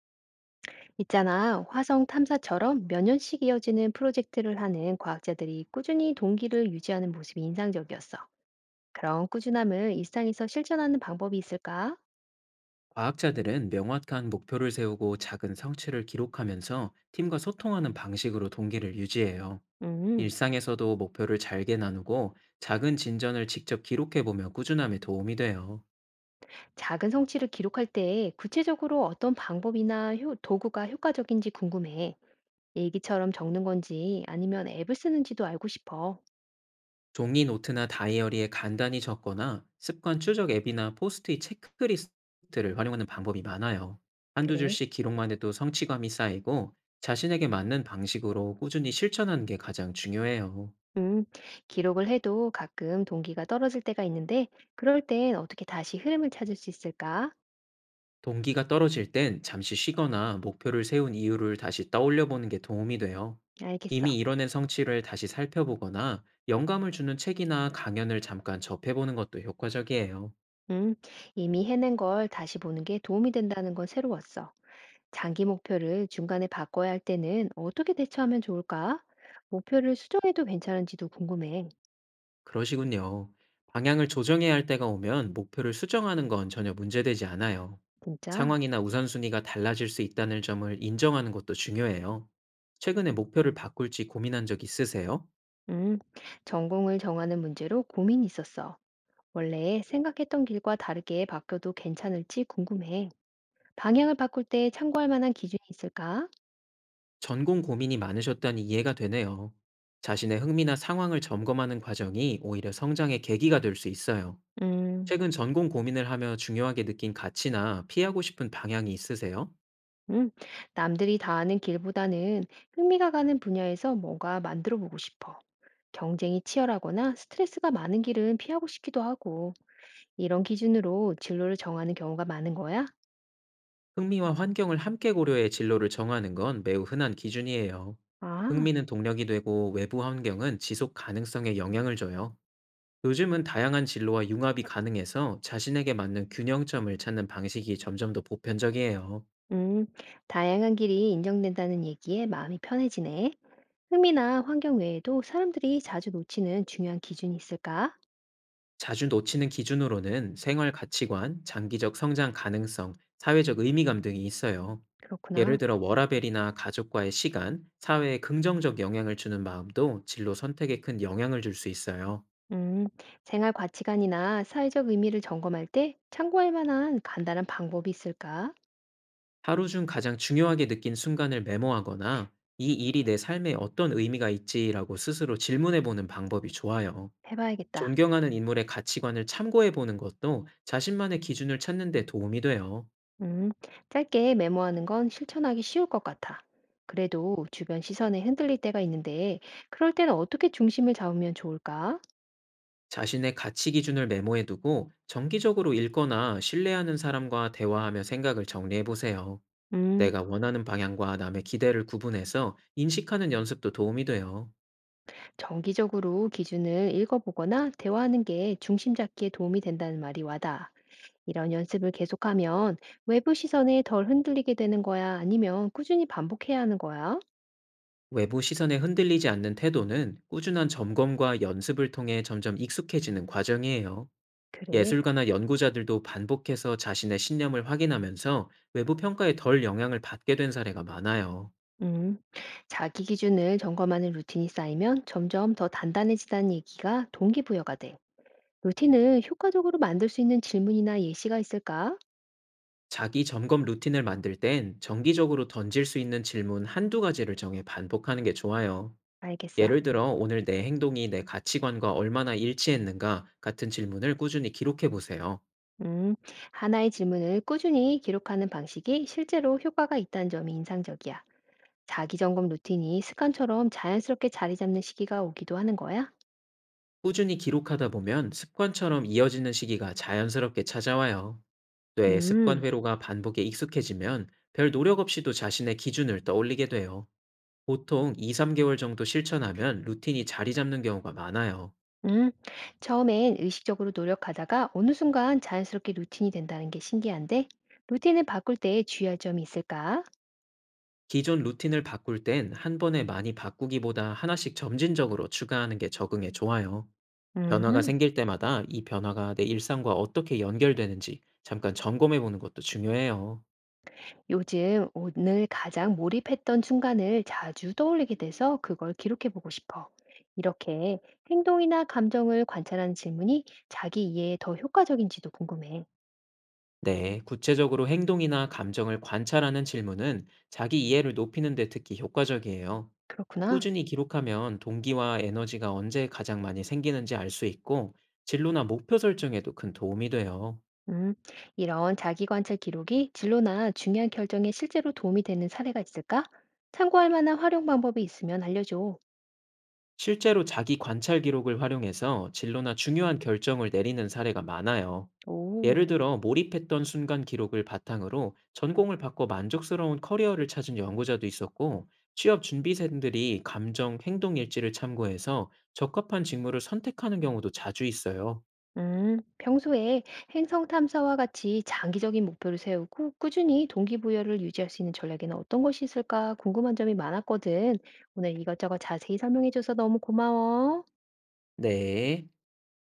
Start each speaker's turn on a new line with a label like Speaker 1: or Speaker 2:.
Speaker 1: 있잖아, 화성 탐사처럼 몇 년씩 이어지는 프로젝트를 하는 과학자들이 꾸준히 동기를 유지하는 모습이 인상적이었어. 그런 꾸준함을 일상에서 실천하는 방법이 있을까?
Speaker 2: 과학자들은 명확한 목표를 세우고 작은 성취를 기록하면서 팀과 소통하는 방식으로 동기를 유지해요.
Speaker 1: 음,
Speaker 2: 일상에서도 목표를 잘게 나누고 작은 진전을 직접 기록해보며 꾸준함에 도움이 돼요.
Speaker 1: 작은 성취를 기록할 때 구체적으로 어떤 방법이나 도구가 효과적인지 궁금해. 일기처럼 적는 건지 아니면 앱을 쓰는지도 알고 싶어.
Speaker 2: 종이 노트나 다이어리에 간단히 적거나 습관 추적 앱이나 포스트잇 체크리스트를 활용하는 방법이 많아요. 한두
Speaker 1: 그래.
Speaker 2: 줄씩 기록만 해도 성취감이 쌓이고 자신에게 맞는 방식으로 꾸준히 실천하는 게 가장 중요해요.
Speaker 1: 음, 기록을 해도 가끔 동기가 떨어질 때가 있는데, 그럴 땐 어떻게 다시 흐름을 찾을 수 있을까?
Speaker 2: 동기가 떨어질 땐 잠시 쉬거나 목표를 세운 이유를 다시 떠올려 보는 게 도움이 돼요.
Speaker 1: 알겠어.
Speaker 2: 이미 이뤄낸 성취를 다시 살펴보거나 영감을 주는 책이나 강연을 잠깐 접해보는 것도 효과적이에요.
Speaker 1: 음, 이미 해낸 걸 다시 보는 게 도움이 된다는 건 새로웠어. 장기 목표를 중간에 바꿔야 할 때는 어떻게 대처하면 좋을까? 목표를 수정해도 괜찮은지도 궁금해.
Speaker 2: 그러시군요. 방향을 조정해야 할 때가 오면 목표를 수정하는 건 전혀 문제되지 않아요.
Speaker 1: 진짜?
Speaker 2: 상황이나 우선순위가 달라질 수 있다는 점을 인정하는 것도 중요해요. 최근에 목표를 바꿀지 고민한 적 있으세요?
Speaker 1: 음, 전공을 정하는 문제로 고민이 있었어. 원래 생각했던 길과 다르게 바뀌어도 괜찮을지 궁금해. 방향을 바꿀 때 참고할 만한 기준이 있을까?
Speaker 2: 전공 고민이 많으셨다니 이해가 되네요. 자신의 흥미나 상황을 점검하는 과정이 오히려 성장의 계기가 될 수 있어요.
Speaker 1: 음.
Speaker 2: 최근 전공 고민을 하며 중요하게 느낀 가치나 피하고 싶은 방향이 있으세요?
Speaker 1: 음, 남들이 다 아는 길보다는 흥미가 가는 분야에서 뭔가 만들어 보고 싶어. 경쟁이 치열하거나 스트레스가 많은 길은 피하고 싶기도 하고, 이런 기준으로 진로를 정하는 경우가 많은 거야?
Speaker 2: 흥미와 환경을 함께 고려해 진로를 정하는 건 매우 흔한 기준이에요.
Speaker 1: 아,
Speaker 2: 흥미는 동력이 되고 외부 환경은 지속 가능성에 영향을 줘요. 요즘은 다양한 진로와 융합이 가능해서 자신에게 맞는 균형점을 찾는 방식이 점점 더 보편적이에요.
Speaker 1: 음, 다양한 길이 인정된다는 얘기에 마음이 편해지네. 흥미나 환경 외에도 사람들이 자주 놓치는 중요한 기준이 있을까?
Speaker 2: 자주 놓치는 기준으로는 생활 가치관, 장기적 성장 가능성, 사회적 의미감 등이 있어요.
Speaker 1: 그렇구나.
Speaker 2: 예를 들어 워라밸이나 가족과의 시간, 사회에 긍정적 영향을 주는 마음도 진로 선택에 큰 영향을 줄 수 있어요.
Speaker 1: 음, 생활 가치관이나 사회적 의미를 점검할 때 참고할 만한 간단한 방법이 있을까?
Speaker 2: 하루 중 가장 중요하게 느낀 순간을 메모하거나 이 일이 내 삶에 어떤 의미가 있지라고 스스로 질문해 보는 방법이 좋아요.
Speaker 1: 해봐야겠다.
Speaker 2: 존경하는 인물의 가치관을 참고해 보는 것도 자신만의 기준을 찾는 데 도움이 돼요.
Speaker 1: 음, 짧게 메모하는 건 실천하기 쉬울 것 같아. 그래도 주변 시선에 흔들릴 때가 있는데, 그럴 때는 어떻게 중심을 잡으면 좋을까?
Speaker 2: 자신의 가치 기준을 메모해 두고 정기적으로 읽거나 신뢰하는 사람과 대화하며 생각을 정리해 보세요.
Speaker 1: 음,
Speaker 2: 내가 원하는 방향과 남의 기대를 구분해서 인식하는 연습도 도움이 돼요.
Speaker 1: 정기적으로 기준을 읽어보거나 대화하는 게 중심 잡기에 도움이 된다는 말이 와닿아. 이런 연습을 계속하면 외부 시선에 덜 흔들리게 되는 거야? 아니면 꾸준히 반복해야 하는 거야?
Speaker 2: 외부 시선에 흔들리지 않는 태도는 꾸준한 점검과 연습을 통해 점점 익숙해지는 과정이에요.
Speaker 1: 그래.
Speaker 2: 예술가나 연구자들도 반복해서 자신의 신념을 확인하면서 외부 평가에 덜 영향을 받게 된 사례가 많아요.
Speaker 1: 음, 자기 기준을 점검하는 루틴이 쌓이면 점점 더 단단해지다는 얘기가 동기부여가 돼. 루틴을 효과적으로 만들 수 있는 질문이나 예시가 있을까?
Speaker 2: 자기 점검 루틴을 만들 땐 정기적으로 던질 수 있는 질문 한두 가지를 정해 반복하는 게 좋아요.
Speaker 1: 알겠어.
Speaker 2: 예를 들어, 오늘 내 행동이 내 가치관과 얼마나 일치했는가 같은 질문을 꾸준히 기록해 보세요.
Speaker 1: 음, 하나의 질문을 꾸준히 기록하는 방식이 실제로 효과가 있다는 점이 인상적이야. 자기 점검 루틴이 습관처럼 자연스럽게 자리 잡는 시기가 오기도 하는 거야?
Speaker 2: 꾸준히 기록하다 보면 습관처럼 이어지는 시기가 자연스럽게 찾아와요. 뇌의 습관
Speaker 1: 음,
Speaker 2: 회로가 반복에 익숙해지면 별 노력 없이도 자신의 기준을 떠올리게 돼요. 보통 2, 3개월 정도 실천하면 루틴이 자리 잡는 경우가 많아요.
Speaker 1: 음. 처음엔 의식적으로 노력하다가 어느 순간 자연스럽게 루틴이 된다는 게 신기한데, 루틴을 바꿀 때 주의할 점이 있을까?
Speaker 2: 기존 루틴을 바꿀 땐 한 번에 많이 바꾸기보다 하나씩 점진적으로 추가하는 게 적응에 좋아요. 변화가
Speaker 1: 음
Speaker 2: 생길 때마다 이 변화가 내 일상과 어떻게 연결되는지 잠깐 점검해 보는 것도 중요해요.
Speaker 1: 요즘 오늘 가장 몰입했던 순간을 자주 떠올리게 돼서 그걸 기록해 보고 싶어. 이렇게 행동이나 감정을 관찰하는 질문이 자기 이해에 더 효과적인지도 궁금해.
Speaker 2: 네, 구체적으로 행동이나 감정을 관찰하는 질문은 자기 이해를 높이는 데 특히 효과적이에요.
Speaker 1: 그렇구나.
Speaker 2: 꾸준히 기록하면 동기와 에너지가 언제 가장 많이 생기는지 알 수 있고 진로나 목표 설정에도 큰 도움이 돼요.
Speaker 1: 음, 이런 자기 관찰 기록이 진로나 중요한 결정에 실제로 도움이 되는 사례가 있을까? 참고할 만한 활용 방법이 있으면 알려줘.
Speaker 2: 실제로 자기 관찰 기록을 활용해서 진로나 중요한 결정을 내리는 사례가 많아요.
Speaker 1: 오.
Speaker 2: 예를 들어 몰입했던 순간 기록을 바탕으로 전공을 바꿔 만족스러운 커리어를 찾은 연구자도 있었고, 취업 준비생들이 감정, 행동 일지를 참고해서 적합한 직무를 선택하는 경우도 자주 있어요.
Speaker 1: 평소에 행성 탐사와 같이 장기적인 목표를 세우고 꾸준히 동기부여를 유지할 수 있는 전략에는 어떤 것이 있을까 궁금한 점이 많았거든. 오늘 이것저것 자세히 설명해줘서 너무 고마워.
Speaker 2: 네.